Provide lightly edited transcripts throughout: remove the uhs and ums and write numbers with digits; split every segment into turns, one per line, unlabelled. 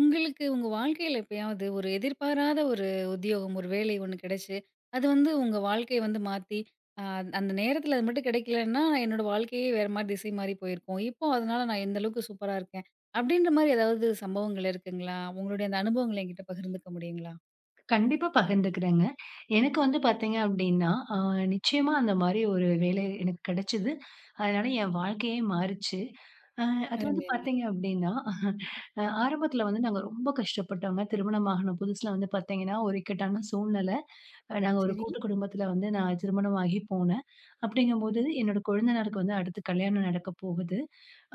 உங்களுக்கு உங்க வாழ்க்கையில எப்பயாவது ஒரு எதிர்பாராத ஒரு உத்தியோகம், ஒரு வேலை ஒண்ணு கிடைச்சு, அது வந்து உங்க வாழ்க்கைய வந்து மாத்தி, அ அந்த நேரத்துல அது மட்டும் கிடைக்கலன்னா, என்னோட வாழ்க்கையே வேற மாரி திசை மாறி போயிருக்கும். இப்போ அதனால நான் இந்த அளவுக்கு சூப்பரா இருக்கேன். அப்படின்ற மாரி ஏதாவது சம்பவங்கள் இருக்குங்களா? உங்களுடைய அந்த அனுபவங்கள என்கிட்ட பகிர்ந்துக்க முடியுங்களா?
கண்டிப்பா பகிர்ந்துக்கிறேங்க. எனக்கு வந்து பார்த்தீங்க அப்டின்னா, நிச்சயமா அந்த மாரி ஒரு வேலை எனக்கு கிடைச்சது. அதனால என் வாழ்க்கையே மாறுச்சு. அ அது வந்து
அருமை, அருமை.
பார்த்தீங்க அப்டின்னா ஆரம்பத்தில வந்து நாங்க ரொம்ப கஷ்டப்பட்டோங்க. திருமணம் ஆகுன புதுசுல வந்து பார்த்தீங்கன்னா, ஒரு இக்கட்டான சூழ்நிலை. நாங்க ஒரு
சரி.
கூட்டு குடும்பத்தில வந்து நான் திருமணம் ஆகி போனேன். அப்படிங்கும்போது என்னோட கொழுந்தனாருக்கு வந்து அடுத்து கல்யாணம் நடக்க போகுது.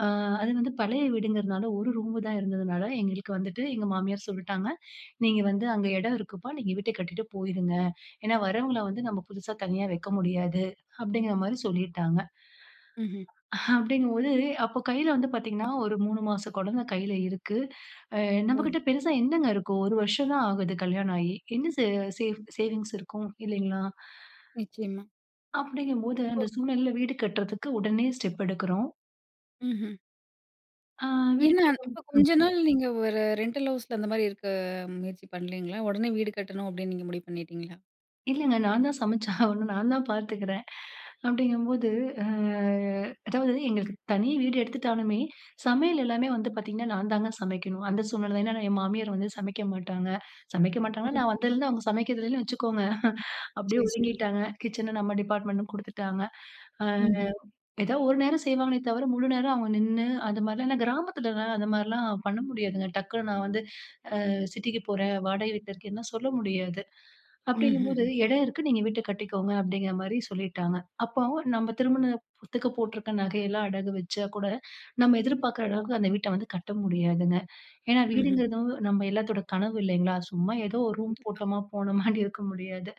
அ அது வந்து பழைய வீடுங்கிறனால ஒரு ரூமு தான் இருந்ததுனால, எங்களுக்கு வந்துட்டு எங்க மாமியார் சொல்லிட்டாங்க, "நீங்க வந்து அங்க இடம் இருக்குப்பா, நீங்க வீட்ட கட்டிட்டு போயிருங்க. ஏன்னா வரவங்கள வந்து நம்ம புதுசா தனியா வைக்க முடியாது." அப்படிங்கிற மாரி சொல்லிட்டாங்க.
ம்ஹ்ம்.
அப்படிங்கும்போது, அப்போ கையில வந்து பாத்தீங்கன்னா, ஒரு 3 மாச குழந்தை கையில இருக்கு. அ
ம்.
நம்மகிட்ட பெருசா என்னங்க இருக்கும்? 1 வருஷம் தான் ஆகுது கல்யாணம் ஆயி. என்ன சே சேவ் சேவிங்ஸ் இருக்கும் இல்லைங்களா?
நிச்சயமா.
அப்படிங்கும்போது,
அப்போ
அந்த சூழ்நிலையில வீடு கட்டுறதுக்கு உடனே ஸ்டெப் எடுக்கிறோம்.
ம்ஹ்ம்.
ஆ வீடு
ஏன்னா,
கட்டும்
அப்ப கொஞ்ச நாள் நீங்க ஒரு ரெண்டல் ஹவுஸ்ல அந்த மாரி இருக்க முயற்சி பண்ணலீங்களா? உடனே வீடு கட்டணும் அப்படின்னு நீங்க முடிவு பண்ணிட்டீங்களா?
இல்லங்க. நான் தான் சமைச்சாகணும். நான் தான் பார்த்துக்கிறேன். அப்படிங்கும்போது, அ அதாவது எங்களுக்கு தனி வீடு எடுத்துட்டாலுமே, சமையல் எல்லாமே வந்து பார்த்தீங்கன்னா, நான் தாங்க சமைக்கணும். அந்த சூழ்நிலை தான். ஏன்னா, என் மாமியார் வந்து சமைக்க மாட்டாங்க. சமைக்க
ஓ!
மாட்டாங்கன்னா, நான் வந்ததுலேருந்து அவங்க சமைக்கிறதுலன்னு வச்சுக்கோங்க. அப்படியே
சரி, சரி.
ஒதுங்கிட்டாங்க. கிச்சன நம்ம டிபார்ட்மெண்ட்னு குடுத்துட்டாங்க. அ
ம்ஹ்ம்.
ஏதோ ஒரு நேரம் செய்வாங்களே தவிர, முழு நேரம் அவங்க நின்னு அது மாரிலாம் ஏன்னா கிராமத்துலலாம் அந்த மாரிலாம் பண்ண முடியாதுங்க. டக்குனு நான் வந்து சிட்டிக்கு போறேன், வாடகை வீட்ல இருக்கேன்லாம் சொல்ல முடியாது. அப்படிங்கும்போது
ம்ஹ்ஹ்ம்.
"இடம் இருக்கு. நீங்க வீட்ட கட்டிக்கோங்க" அப்படிங்கிற மாரி சொல்லிட்டாங்க. அப்போ நம்ம திருமணத்துக்கு போட்டிருக்க நகையெல்லாம் அடகு வச்சா கூட, நம்ம எதிர்பார்க்குற அளவுக்கு அந்த வீட்ட வந்து கட்ட முடியாதுங்க. ஏன்னா
ம்ஹ்ம்.
வீடுங்கிறதும் நம்ம எல்லாத்தோட கனவு இல்லைங்களா? சும்மா ஏதோ ஒரு ரூம்
கண்டிப்பா.
போட்டோமா, போனோமான்னு இருக்க முடியாது.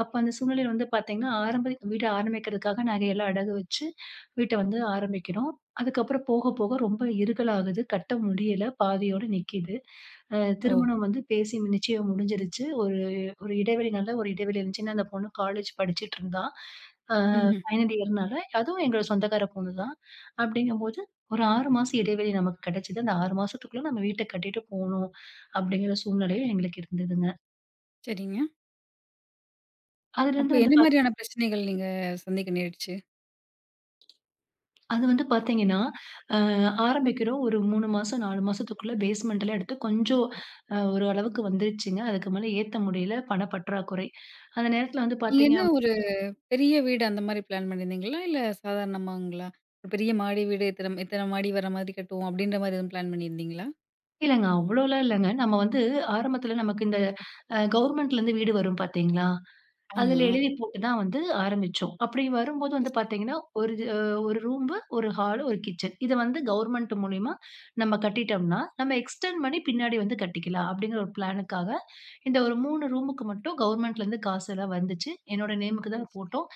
அப்ப அந்த சூழ்நிலையில வந்து பார்த்தீங்கன்னா, ஆரம்ப வீட்ட ஆரம்பிக்கிறதுக்காக நாங்க எல்லாம் அடகு வச்சு, வீட்ட வந்து ஆரம்பிக்கிறோம். அதுக்கப்புறம் போக போக ரொம்ப இருகலாகுது. கட்ட முடியல. பாதியோட நிக்கிது. அ
ஓஹோ!
திருமணம் வந்து பேசி நிச்சயம் முடிஞ்சிருச்சு. ஒரு ஒரு இடைவெளி நல்ல ஒரு இடைவெளி இருந்துச்சு. ஏன்னா அந்த பொண்ணு காலேஜ் படிச்சுட்டு இருந்தா. அ ம்.
ம்ஹ்ம்.
ஃபைனல் இயர்னால அதுவும் எங்க சொந்தக்கார பொண்ணு தான். அப்படிங்கும்போது ஒரு 6 மாசம் இடைவெளி நமக்கு கிடைச்சது. அந்த 6 மாசத்துக்குள்ள நம்ம வீட்ட கட்டிட்டு போணும், அப்படிங்கிற சூழ்நிலையும் எங்களுக்கு இருந்ததுங்க.
சரிங்க. அப்ப
அதுலேருந்து வந்து
என்ன
பாத்
மாரியான பிரச்சனைகள் நீங்க சந்திக்க நேரிடுச்சு?
அது வந்து பார்த்தீங்கன்னா, அ ஆரம்பிக்கிறோம் ஒரு 3 மாசம், 4 மாசத்துக்குள்ள பேஸ்மெண்ட்லாம் எடுத்து கொஞ்சம் ஒரு அளவுக்கு வந்துருச்சுங்க. அதுக்கு மேல ஏத்த முடியல, பண பற்றாக்குறை. அந்த நேரத்தில வந்து
நீங்க
பார்த்தீங்க
என்ன ஒரு பெரிய வீடு அந்த மாரி பிளான் பண்ணியிருந்தீங்களா? இல்ல சாதாரணமாங்களா? ஒரு பெரிய மாடி வீடு இத்தன இத்தன மாடி வர மாதிரி கட்டுவோம் அப்டின்ற மாரி எதுவும் பிளான் பண்ணியிருந்தீங்களா?
இல்லங்க அவ்வளோலாம் இல்லங்க. நம்ம வந்து ஆரம்பத்தில நமக்கு இந்த கவர்மெண்ட்லேருந்து வீடு வரும் பார்த்தீங்களா?
ஆமா.
அதுல எழுதி போட்டு தான் வந்து ஆரம்பிச்சோம். அப்படி வரும்போது
சரி,
வந்து
சரி.
பார்த்தீங்கன்னா, ஒரு ரூம்பு, ஒரு ஹாலு, ஒரு கிச்சன். இத வந்து கவர்ன்மெண்ட் மூலியமா நம்ம கட்டிட்டோம்னா, நம்ம எக்ஸ்டெண்ட் பண்ணி பின்னாடி வந்து கட்டிக்கலாம். அப்படிங்கிற ஒரு பிளானுக்காக, இந்த ஒரு 3 ரூமுக்கு மட்டும் கவர்ன்மெண்ட்லேருந்து காசெல்லாம் வந்துச்சு. என்னோட நேமுக்கு
சரி,
தான்
சரி.
போட்டோம்.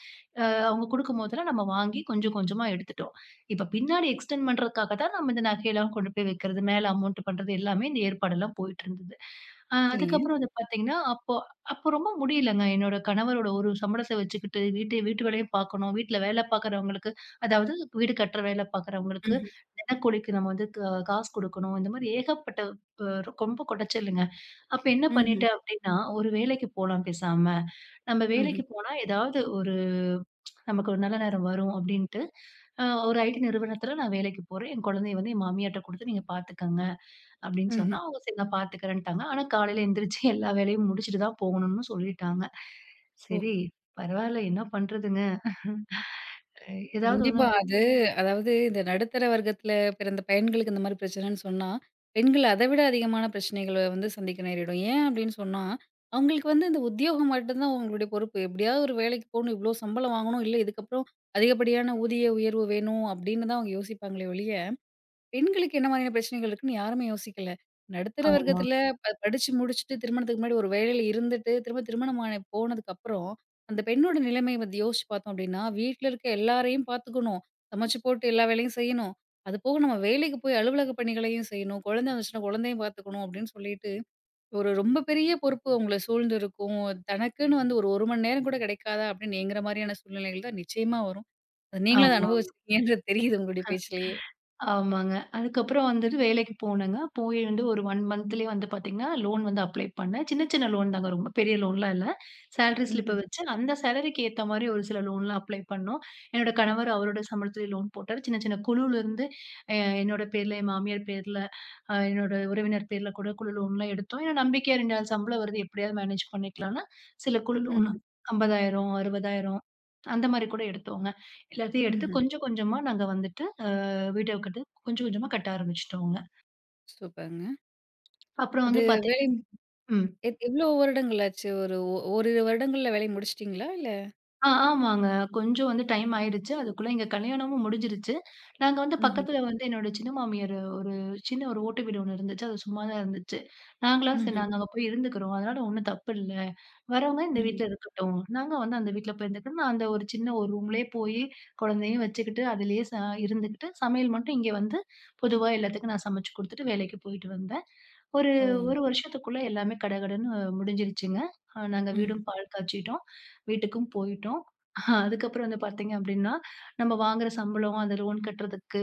அ அவங்க குடுக்கும்போதெல்லாம் நம்ம வாங்கி கொஞ்சம் கொஞ்சமா எடுத்துட்டோம். இப்ப பின்னாடி எக்ஸ்டெண்ட் பண்றதுக்காக தான் நம்ம இந்த நகையெல்லாம் கொண்டு போய் வைக்கிறது, மேல அமௌண்ட் பண்றது எல்லாமே இந்த ஏற்பாடெல்லாம் போயிட்டுருந்தது.
சரிங்க.
அதுக்கப்புறம் வந்து பார்த்தீங்கன்னா, அப்போ அப்போ ரொம்ப முடியலங்க. என்னோட கணவரோட ஒரு சம்பளத்த வச்சுக்கிட்டு, வீட்டு வீட்டு வேலையும் பார்க்கணும். வீட்ல வேலை பார்க்குறவங்களுக்கு, அதாவது வீடு கட்டுற வேலை பார்க்குறவங்களுக்கு,
ம்ஹ்ம்.
தினக்கூலிக்கு நம்ம வந்து காசு குடுக்கணும். இந்த மாரி ஏகப்பட்ட அ ரொம்ப கொடச்சலுங்க. அப்ப என்ன
ம்ஹ்ம்.
பண்ணிட்டேன் அப்டின்னா, ஒரு வேலைக்கு போலாம் பேசாம. நம்ம
ம்ஹ்ம்.
வேலைக்கு போனா ஏதாவது ஒரு நமக்கு ஒரு நல்ல நேரம் வரும் அப்டின்ட்டு, அ ஒரு ஐடி நிறுவனத்துல நான் வேலைக்கு போறேன். என் குழந்தைய வந்து என் மாமியார்ட்ட குடுத்து நீங்க பார்த்துக்கங்க. அப்படின்னு சொன்னா,
ம்ஹ்ம்.
அவங்க சரி நான் பார்த்துக்கிறேன்ட்டாங்க. ஆனா காலையில எந்திரிச்சு எல்லா வேலையும் முடிச்சுட்டு தான் போகணும்னு சொல்லிட்டாங்க.
ஓ!
சரி பரவால்ல என்ன பண்றதுங்க? ஏதாவது ஒண்ணு
கண்டிப்பா. அதாவது இந்த நடுத்தர வர்க்கத்தில பிறந்த பையன்களுக்கு இந்த மாரி பிரச்சனைன்னு சொன்னா, பெண்கள் அத விட அதிகமான பிரச்சனைகள வந்து சந்திக்க நேரிடும். ஏன் அப்டின்னு சொன்னா, அவங்களுக்கு வந்து இந்த உத்தியோகம் மட்டும் தான் அவங்களுடைய பொறுப்பு. எப்டியாவது ஒரு வேலைக்கு போணும், இவ்ளோ சம்பளம் வாங்கணும், இல்ல இதுக்கப்புறம் அதிகப்படியான ஊதிய உயர்வு வேணும் அப்டின்னு தான் அவங்க யோசிப்பாங்களே ஒழிய, பெண்களுக்கு என்ன மாதிரியான பிரச்சனைகள் இருக்குன்னு யாருமே யோசிக்கல. நடுத்தர
ஆமா,
வர்க்கத்தில ம். படிச்சு முடிச்சுட்டு திருமணத்துக்கு முன்னாடி ஒரு வேலையில இருந்துட்டு, திரும்ப திருமணம் ஆன போனதுக்கப்புறம், அந்த பெண்ணோட நிலைமை வந்து யோசிச்சு பார்த்தோம் அப்டின்னா, வீட்ல இருக்க எல்லாரையும் பார்த்துக்கணும். சமைச்சு போட்டு எல்லா வேலையும் செய்யணும். அது போக நம்ம வேலைக்கு போய் அலுவலக பணிகளையும் செய்யணும். குழந்தை வந்துச்சுன்னா குழந்தையும் பார்த்துக்கணும் அப்டின்னு சொல்லிட்டு, ஒரு ரொம்ப பெரிய பொறுப்பு அவங்கள சூழ்ந்து இருக்கும். தனக்குன்னு வந்து ஒரு 1 மணி நேரம் கூட கிடைக்காதா அப்டின்னு ஏங்குற மாரியான சூழ்நிலைகள் தான் நிச்சயமா வரும். அது நீங்களும் அத
ஆமா,
அனுபவிச்சிருக்கீங்கன்றது தெரியுது உங்களுடைய பேச்சிலேயே.
ஆமாங்க. அதுக்கப்புறம் வந்துட்டு வேலைக்கு போனேங்க. போய் வந்து ஒரு 1 மந்த்லயே வந்து பார்த்தீங்கன்னா, லோன் வந்து அப்ளை பண்ணேன். சின்ன சின்ன லோன் தாங்க ரொம்ப பெரிய லோன்லாம் இல்ல. சேலரி ஸ்லிப்ப
ம்ஹ்ம்.
வச்சு அந்த சேலரிக்கு ஏத்த மாரி ஒரு சில லோன்லாம் அப்ளை பண்ணோம். என்னோட கணவர் அவரோட சம்பளத்திலே லோன் போட்டாரு. சின்ன சின்ன குழுவிலருந்து அ என்னோட பேர்ல, என் மாமியார் பேர்ல என்னோட உறவினர் பேர்ல கூட குழு லோன்லாம் எடுத்தோம். ஏன்னா நம்பிக்கையா 2 நாள் சம்பளம் வருது எப்படியாவது மேனேஜ் பண்ணிக்கலாம்ன்னு, சில குழு லோன்
ம்.
50,000, 60,000 அந்த மாரி கூட எடுத்தோங்க. எல்லாத்தையும் எடுத்து
ம்ஹ்ம்.
கொஞ்சம் கொஞ்சமா நாங்க வந்துட்டு, வீட்ட கட்டு கொஞ்சம் கொஞ்சமா கட்ட ஆரம்பிச்சுட்டோங்க.
சூப்பருங்க.
அப்புறம்
அது
வந்து
வேலை
பார்த்தீங்க ம்.
எவ்ளோ வருடங்கள் ஆச்சு? ஒரு ஓரிரு வருடங்கள்ல வேலைய முடிச்சுட்டீங்களா? இல்ல
ஆ ஆமாங்க. கொஞ்சம் வந்து டைம் ஆயிடுச்சு. அதுக்குள்ள எங்க கல்யாணமும் முடிஞ்சிருச்சு. நாங்க வந்து
ம்ஹ்ம்,
பக்கத்துல வந்து என்னோட சின்ன மாமியார் சின்ன ஒரு ஓட்டு வீடு ஒண்ணு இருந்துச்சு. அது சும்மா தான் இருந்துச்சு. நாங்கலாம் சரி
ம்ஹ்ம்,
நாங்க அங்க போய் இருந்துக்கிறோம். அதனால ஒண்ணும் தப்பு இல்ல. வரவங்க இந்த
ம்ஹ்ம்.
வீட்ல இருக்கட்டும். நாங்க வந்து அந்த வீட்ல போய் இருந்துக்கிறோம். நான் அந்த ஒரு சின்ன ஒரு ரூம்லயே போயி குழந்தையும் வச்சுக்கிட்டு, அதிலேயே ச இருந்துக்கிட்டு, சமையல் மட்டும் இங்க வந்து பொதுவா எல்லாத்துக்கும் நான் சமைச்சு குடுத்துட்டு வேலைக்கு போயிட்டு வந்தேன். ஒரு
ஓ!
1 வருஷத்துக்குள்ள எல்லாமே கடகடன்னு முடிஞ்சிருச்சுங்க. நாங்க
ம்ஹ்ம்.
வீடும் பால் காய்ச்சிட்டோம். வீட்டுக்கும் போயிட்டோம். அதுக்கப்புறம் வந்து பார்த்தீங்க அப்டின்னா, நம்ம வாங்குற சம்பளம், அந்த லோன் கட்டுறதுக்கு,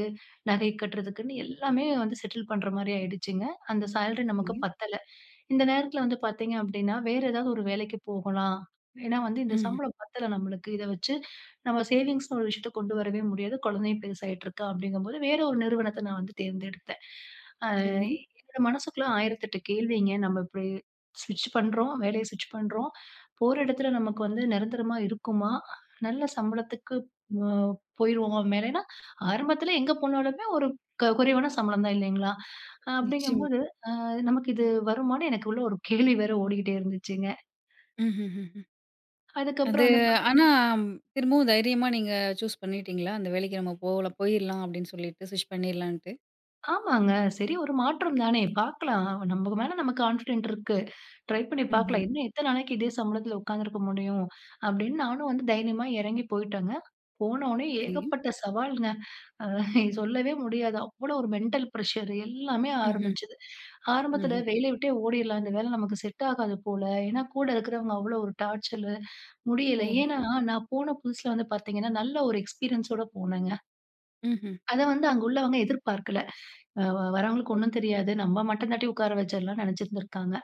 நகை கட்டுறதுக்குன்னு எல்லாமே வந்து செட்டில் பண்ற மாரி ஆயிடுச்சுங்க. அந்த சேலரி நமக்கு
சரிங்க.
பத்தல. இந்த நேரத்தில வந்து பார்த்தீங்க அப்டின்னா, வேற ஏதாவது ஒரு வேலைக்கு போகலாம். ஏன்னா வந்து இந்த
ம்ஹ்ம்.
சம்பளம் பத்தல நம்மளுக்கு. இத வச்சு நம்ம சேவிங்ஸ்ன்னு ஒரு விஷயத்த கொண்டு வரவே முடியாது. குழந்தையும் பெருசாயிட்டுருக்கா அப்டிங்கும்போது, வேற ஒரு நிறுவனத்த நான் வந்து தேர்ந்தெடுத்தேன். அ
சரிங்க.
என்னோட மனசுக்குள்ள 1008 கேள்விங்க. நம்ம இப்டி ஸ்விட்ச் பண்றோம், வேலைய ஸ்விட்ச் பண்றோம். போற இடத்துல நமக்கு வந்து நிரந்தரமா இருக்குமா? நல்ல சம்பளத்துக்கு அ போயிருவோமா மேல? ஏன்னா, ஆரம்பத்துல எங்க போனாலுமே ஒரு குறைவான சம்பளம் தான் இல்லைங்களா?
நிச்சயமா.
அப்படிங்கும்போது, நமக்கு இது வருமான்னு எனக்கு உள்ள ஒரு கேள்வி வேற ஓடிக்கிட்டே இருந்துச்சுங்க.
ம்ஹ்ஹ்ம். அது
அதுக்கப்புறம் வந்து பா
ஆனா திரும்பவும் தைரியமா நீங்க சூஸ் பண்ணிட்டீங்களா? அந்த வேலைக்கு நம்ம போகலாம் போயிரலாம் அப்படின்னு சொல்லிட்டு ஸ்விட்ச் பண்ணிரலான்ட்டு.
ஆமாங்க. சரி ஒரு மாற்றம் தானே பார்க்கலாம். நமக்கு கான்ஃபிடென்ட் இருக்கு. ட்ரை பண்ணி
ம்ஹ்ம்.
பார்க்கலாம். இன்னும் எத்தன நாளைக்கு இதே சம்பளத்துல உட்கார்ந்திருக்க முடியும்? அப்படின்னு நானும் வந்து தைரியமா இறங்கி போயிட்டேங்க. போனோனே
சரிங்க.
ஏகப்பட்ட சவால்ங்க. அ சொல்லவே முடியாது. அவ்வளோ ஒரு மென்டல் பிரஷர் எல்லாமே
ம்ஹ்ம்,
ஆரம்பிச்சது. ஆரம்பத்தில
ம்ஹ்ம்.
வேலைய விட்டே ஓடிடலாம். இந்த வேலை நமக்கு செட் ஆகாது போல. ஏன்னா கூட இருக்கிறவங்க அவ்வளோ ஒரு டார்ச்சரு. முடியல.
ஓஹோ!
ஏன்னா நான் போன புதுசுல வந்து பார்த்தீங்கன்னா, நல்ல ஒரு எக்ஸ்பீரியன்ஸோட போனேங்க.
ம்ஹ்ம்.
அத வந்து அங்க உள்ளவங்க எதிர்பார்க்கல. அ வரவங்களுக்கு ஒண்ணும் தெரியாது. நம்ம மட்டம் தட்டி உட்கார வச்சிடலாம்னு நினைச்சிருந்திருக்காங்க.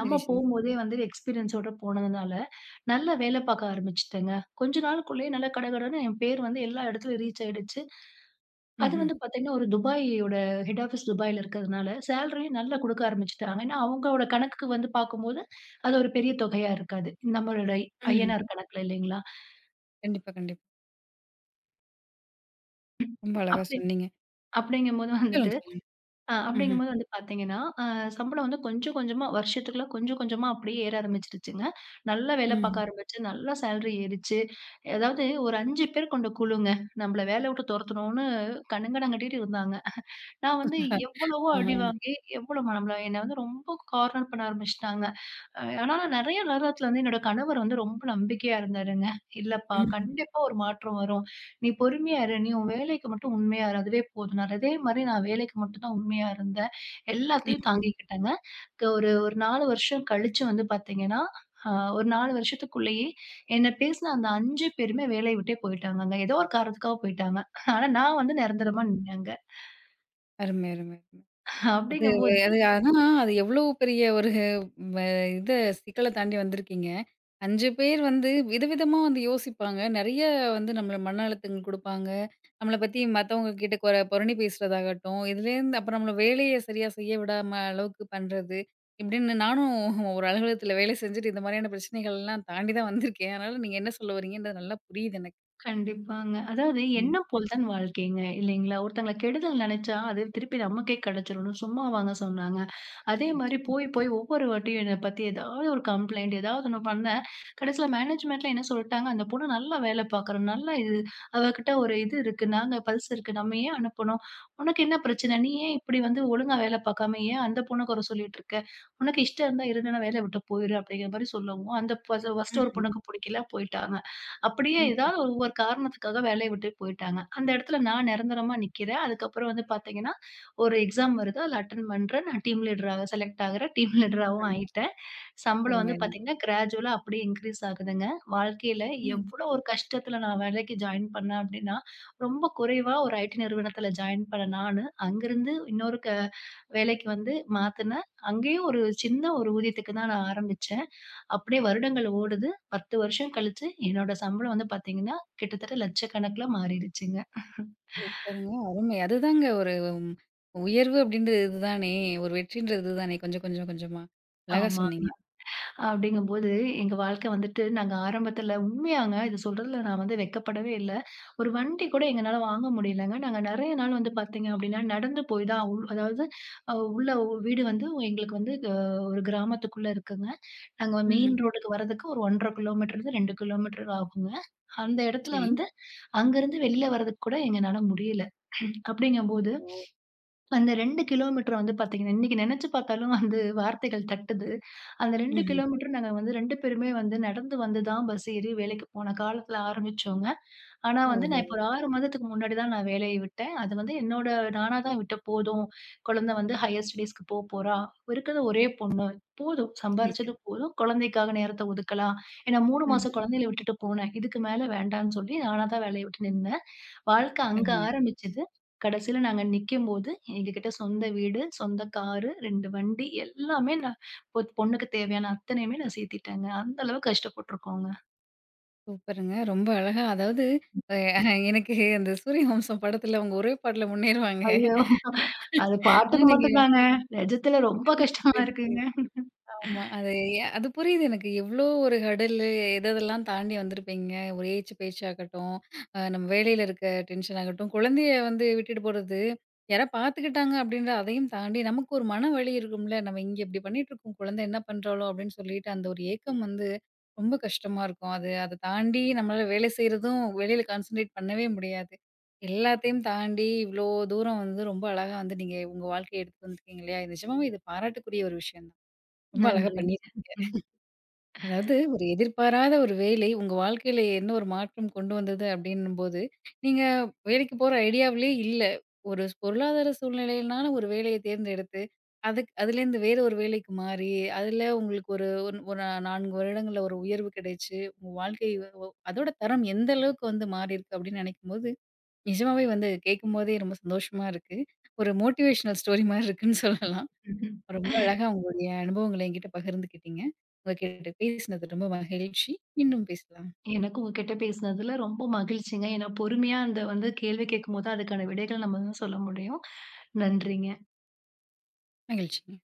சரி, சரி.
போம்போதே வந்து எக்ஸ்பீரியன்ஸோட போனதுனால, நல்லா வேலை பார்க்க ஆரம்பிச்சுட்டேங்க. கொஞ்ச நாளுக்குள்ளேயே நல்லா கடகடன்னு என் பேர் வந்து எல்லா இடத்துலயும் ரீச் ஆயிடுச்சு. அது
ம்ஹ்ம்,
வந்து பார்த்தீங்கன்னா, ஒரு துபாயோட ஹெட் ஆஃபீஸ் துபாயில இருக்கிறதுனால, சேலரியும் நல்லா குடுக்க ஆரம்பிச்சுட்டாங்க. ஏன்னா, அவங்களோட கணக்குக்கு வந்து பார்க்கும்போது, அது ஒரு பெரிய தொகையா இருக்காது. நம்மளோட
ம்ஹ்ம்.
INR கணக்குல இல்லைங்களா?
கண்டிப்பா, கண்டிப்பா. ரொம்ப அழகா
அப்படி
சொன்னீங்க.
அப்படிங்கும்போது வந்துட்டு
சொல்லுங்க, சொல்லுங்க. ம்ஹ்ம்,
அப்படிங்கும்போது வந்து பார்த்தீங்கன்னா, சம்பளம் வந்து கொஞ்சம் கொஞ்சமா வருஷத்துக்குள்ள கொஞ்சம் கொஞ்சமா அப்படியே ஏற ஆரம்பிச்சுருச்சுங்க. நல்லா வேலை
ம்ஹ்ம்.
பார்க்க ஆரம்பிச்சு, நல்லா சேலரி ஏறிச்சு. அதாவது ஒரு 5 பேர் கொண்ட குழுங்க. நம்மள வேலைய விட்டு துரத்தணும்னு கண்ணங்கனம் கட்டிட்டு இருந்தாங்க. நான் வந்து
ஆஹா,
எவ்வளவோ அடி
ஆஹா.
வாங்கி, எவ்வளோ நம்மள என்ன வந்து ரொம்ப கார்னர் பண்ண ஆரம்பிச்சுட்டாங்க. ஆனா நெறைய நேரத்துல வந்து என்னோட கணவர் வந்து ரொம்ப நம்பிக்கையா இருந்தாருங்க. "இல்லப்பா,
ம்ஹ்ம்,
கண்டிப்பா ஒரு மாற்றம் வரும். நீ பொறுமையா இரு. நீ உன் வேலைக்கு மட்டும் உண்மையா இரு. அதுவே போதும்." நான் அதே மாரி நான் வேலைக்கு மட்டும் தான் உண்மையா இருந்தேன்.
ம்.
எல்லாத்தையும் தாங்கிக்கிட்டேங்க. ஒரு ஒரு 4 வருஷம் கழிச்சு வந்து பாத்தீங்கன்னா, அ ஒரு 4 வருஷத்துக்குள்ளேயே என்ன பேசின அந்த 5 பேருமே வேலைய விட்டே போயிட்டாங்கங்க. ஏதோ ஒரு காரணத்துக்காக போயிட்டாங்க. ஆனா நான் வந்து நிரந்தரமா நின்னேங்க.
அருமை, அருமை, அருமை. அது
அப்படிங்கும்போது
அது ஆனா அது எவ்வளோ பெரிய ஒரு வ இத சிக்கல தாண்டி வந்திருக்கீங்க. 5 பேர் வந்து விதவிதமா வந்து யோசிப்பாங்க. நெறைய வந்து நம்மள மன அழுத்தங்கள் குடுப்பாங்க. நம்மள பத்தி மத்தவங்க கிட்ட கொற புரணி பேசுறதாகட்டும், இதுலேருந்து அப்புறம் நம்மள வேலைய சரியா செய்ய விடாம அளவுக்கு பண்றது. இப்படின்னு நானும் ஒரு அலுவலகத்தில வேலை செஞ்சுட்டு இந்த மாரியான பிரச்சனைகள்லாம் தாண்டி தான் வந்திருக்கேன். அதனால நீங்க என்ன சொல்ல வரீங்கன்றது நல்லா புரியுது எனக்கு.
கண்டிப்பாங்க. அதாவது
ம்.
எண்ணம் போல் தான் வாழ்க்கைங்க இல்லைங்களா? ஒருத்தங்கள கெடுதல் நெனச்சா, அது திருப்பி நமக்கே கெடைச்சிரும்னு சும்மாவாங்க சொன்னாங்க. அதே மாரி
நிச்சயமா.
போய் போய் ஒவ்வொரு வாட்டியும் என்ன பத்தி ஏதாவது ஒரு கம்ப்ளைண்ட், ஏதாவது ஒண்ணு பண்ணேன். கடைசியில மேனேஜ்மெண்ட்ல என்ன சொல்ட்டாங்க, "அந்த பொண்ணு நல்லா வேலை பார்க்குறா, நல்லா இது அவகிட்ட ஒரு இது இருக்கு, நாங்க பல்ஸ் இருக்கு. நம்ம ஏன் அனுப்பணும்? உனக்கு என்ன பிரச்சனை? நீ ஏன் இப்படி வந்து ஒழுங்கா வேலை பார்க்காம, ஏன் அந்த பொண்ண குறை சொல்லிட்டு இருக்க? உனக்கு இஷ்டம் இருந்தா இரு, இல்லன்னா வேலைய விட்டு போயிரு" அப்படிங்கிற மாரி சொல்லவும், அந்த ப ஃபர்ஸ்ட்டு ஒரு
ம்,
பொண்ணுக்கு புடிக்கல போயிட்டாங்க. அப்படியே
ம்.
ஏதாவது ஒரு ஒவ்வொரு காரணத்துக்காக வேலைய விட்டு போயிட்டாங்க. அந்த இடத்துல நான் நிரந்தரமா நிக்கிறேன். அதுக்கப்புறம் வந்து பார்த்தீங்கன்னா, ஒரு எக்ஸாம் வருது. அதில அட்டெண்ட் பண்றேன். நான் டீம் லீடரா செலக்ட் ஆகுறேன். டீம் லீடராவும்
பாருங்க.
ஆயிட்டேன். சம்பளம்
அருமை,
வந்து
அருமை.
பார்த்தீங்கன்னா, கிராஜுவலா அப்படியே இன்க்ரீஸ் ஆகுதுங்க. வாழ்க்கையில
ம்.
எவ்ளோ ஒரு கஷ்டத்துல நான் வேலைக்கு ஜாயின் பண்ணேன் அப்படின்னா, ரொம்ப குறைவா ஒரு ஐடி நிறுவனத்துல ஜாயின் பண்ண நானு, அங்கிருந்து இன்னொரு க வேலைக்கு வந்து மாத்துனேன். அங்கேயும் ஒரு சின்ன ஒரு ஊதியத்துக்கு தான் நான் ஆரம்பிச்சேன். அப்படியே வருடங்கள் ஓடுது. 10 வருஷம் கழிச்சு என்னோட சம்பளம் வந்து பார்த்தீங்கன்னா, கிட்டத்தட்ட லட்சக்கணக்குல மாறிடுச்சுங்க.
சூப்பருங்க. அருமை. அதுதாங்க ஒரு ம் உயர்வு அப்படின்றது இதுதானே! ஒரு வெற்றின்றது இதுதானே! கொஞ்சம், கொஞ்சம், கொஞ்சமா. அழகா
ஆமா.
சொன்னீங்க.
அப்படிங்கும்போது, எங்க வாழ்க்கை வந்துட்டு நாங்க ஆரம்பத்தில உண்மையாங்க இது சொல்றதுல நான் வந்து வெட்கப்படவே இல்ல. ஒரு வண்டி கூட எங்கனால வாங்க முடியலங்க. நாங்க நெறைய நாள் வந்து பார்த்தீங்க அப்படின்னா, நடந்து போய் தான் உள் அதாவது வீடு வந்து எங்களுக்கு வந்து ஒரு கிராமத்துக்குள்ள இருக்குங்க. நாங்க மெயின்
ம்ஹ்ம்.
ரோடுக்கு வரதுக்கு ஒரு 1 1/2 கிலோமீட்டர்லேருந்து 2 கிலோமீட்டர் ஆகுங்க. அந்த இடத்துல
சரி.
வந்து அங்கருந்து வெளில வரதுக்கு கூட எங்கனால முடியல. அப்படிங்கும்போது
ஓ!
அந்த 2 கிலோமீட்டர் வந்து பார்த்தீங்கன்னா, இன்னைக்கு நெனச்சு பார்த்தாலும் வந்து வார்த்தைகள் தட்டுது. அந்த 2
ம்ஹ்ம்.
கிலோமீட்டர் நாங்க வந்து 2 பேருமே வந்து நடந்து வந்து தான் பஸ் ஏறி வேலைக்கு போன காலத்துல ஆரம்பிச்சோங்க. ஆனா வந்து
ஓஹோ!
நான் இப்போ ஒரு 6 மாதத்துக்கு முன்னாடி தான் நான் வேலைய விட்டேன். அது வந்து என்னோட நானா தான் விட்டேன். போதும் குழந்தை வந்து ஹையர் ஸ்டடீஸ்க்கு போறா. இருக்கிறது ஒரே பொண்ணு. போதும்
சரி,
சம்பாரிச்சது
சரி.
போதும். குழந்தைக்காக நேரத்த ஒதுக்கலாம். ஏன்னா 3
ம்ஹ்ம்.
மாசம் குழந்தையில விட்டுட்டு போனேன். இதுக்கு மேல வேண்டான்னு சொல்லி நானா தான் வேலைய விட்டு நின்னேன். வாழ்க்கை அங்க
அருமையா
ஆரம்பிச்சது. கடைசியில நாங்க நிக்கும்போது எங்ககிட்ட சொந்த வீடு, சொந்த காரு, 2 வண்டி எல்லாமே நான் பொண்ணுக்கு தேவையான அத்தனையுமே நான் சேர்த்திட்டேங்க. அந்த அளவுக்கு கஷ்டப்பட்டுருக்கோங்க.
சூப்பருங்க. ரொம்ப அழகா அதாவது அ எனக்கு அந்த சூரியவம்சம் படத்துல அவங்க ஒரே பாட்டுல முன்னேறுவாங்க.
ஐயோ! அது
ஆனா,
பாட்டுக்கு
நீங்க
மட்டும் தாங்க. நிஜத்துல ரொம்ப கஷ்டமா
கண்டிப்பா
இருக்குங்க.
ஆமா. அது புரியுது எனக்கு. எவ்ளோ ஒரு ஹர்டிலு எதெல்லாம் தாண்டி வந்திருப்பீங்க. ஒரு ஏச்சு பேச்சாகட்டும், நம்ம வேலையில இருக்க டென்ஷன் ஆகட்டும், குழந்தைய வந்து விட்டுட்டு போறது, யாரா பார்த்துக்கிட்டாங்க அப்படின்ற அதையும் தாண்டி நமக்கு ஒரு மன வலி இருக்கும்ல. நம்ம இங்க இப்படி பண்ணிட்டுருக்கோம். குழந்தை என்ன பண்றாளோ அப்படின்னு சொல்லிட்டு அந்த ஒரு ஏக்கம் வந்து ரொம்ப கஷ்டமா இருக்கும். அத தாண்டி நம்மளால வேலை செய்றதும் வெளியில கான்சன்ட்ரேட் பண்ணவே முடியாது. எல்லாத்தையும் தாண்டி இவ்ளோ தூரம் வந்து ரொம்ப அழகா வந்து நீங்க உங்க வாழ்க்கைய எடுத்துட்டு வந்திருக்கீங்க இல்லையா? நிஜமாவே இது பாராட்டுக்குரிய ஒரு விஷயம் தான். ரொம்ப அழகா பண்ணி
நன்றிங்க. ம்,
அதாவது ஒரு எதிர்பாராத ஒரு வேலை உங்க வாழ்க்கையில என்ன ஒரு மாற்றம் கொண்டு வந்தது அப்படின்னும்போது நீங்க வேலைக்கு போற ஐடியாவிலே இல்ல. ஒரு பொருளாதார சூழ்நிலையினால ஒரு வேலைய தேர்ந்தெடுத்து, அதுலேருந்து வேற ஒரு வேலைக்கு மாறி, அதுல உங்களுக்கு ஒரு ஒரு 4 வருடங்கள்ல ஒரு உயர்வு கிடைச்சு, உங்க வாழ்க்கை அதோட தரம் எந்த அளவுக்கு வந்து மாறியிருக்கு அப்படின்னு நினைக்கும்போது, நிஜமாவே வந்து கேட்கும்போதே ரொம்ப சந்தோஷமா இருக்கு. ஒரு மோட்டிவேஷனல் ஸ்டோரி மாரி இருக்குன்னு சொல்லலாம்.
ம்.
ரொம்ப அழகா உங்களுடைய அனுபவங்கள என்கிட்ட பகிர்ந்துக்கிட்டீங்க. உங்ககிட்ட பேசினது ரொம்ப மகிழ்ச்சி. மீண்டும் பேசலாம்.
எனக்கும் உங்ககிட்ட பேசினதுல ரொம்ப மகிழ்ச்சிங்க. ஏன்னா பொறுமையா அந்த வந்து கேள்வி கேட்கும்போது அதுக்கான விடைகள் நம்ம தான் சொல்ல முடியும். நன்றிங்க.
மகிழ்ச்சிங்க.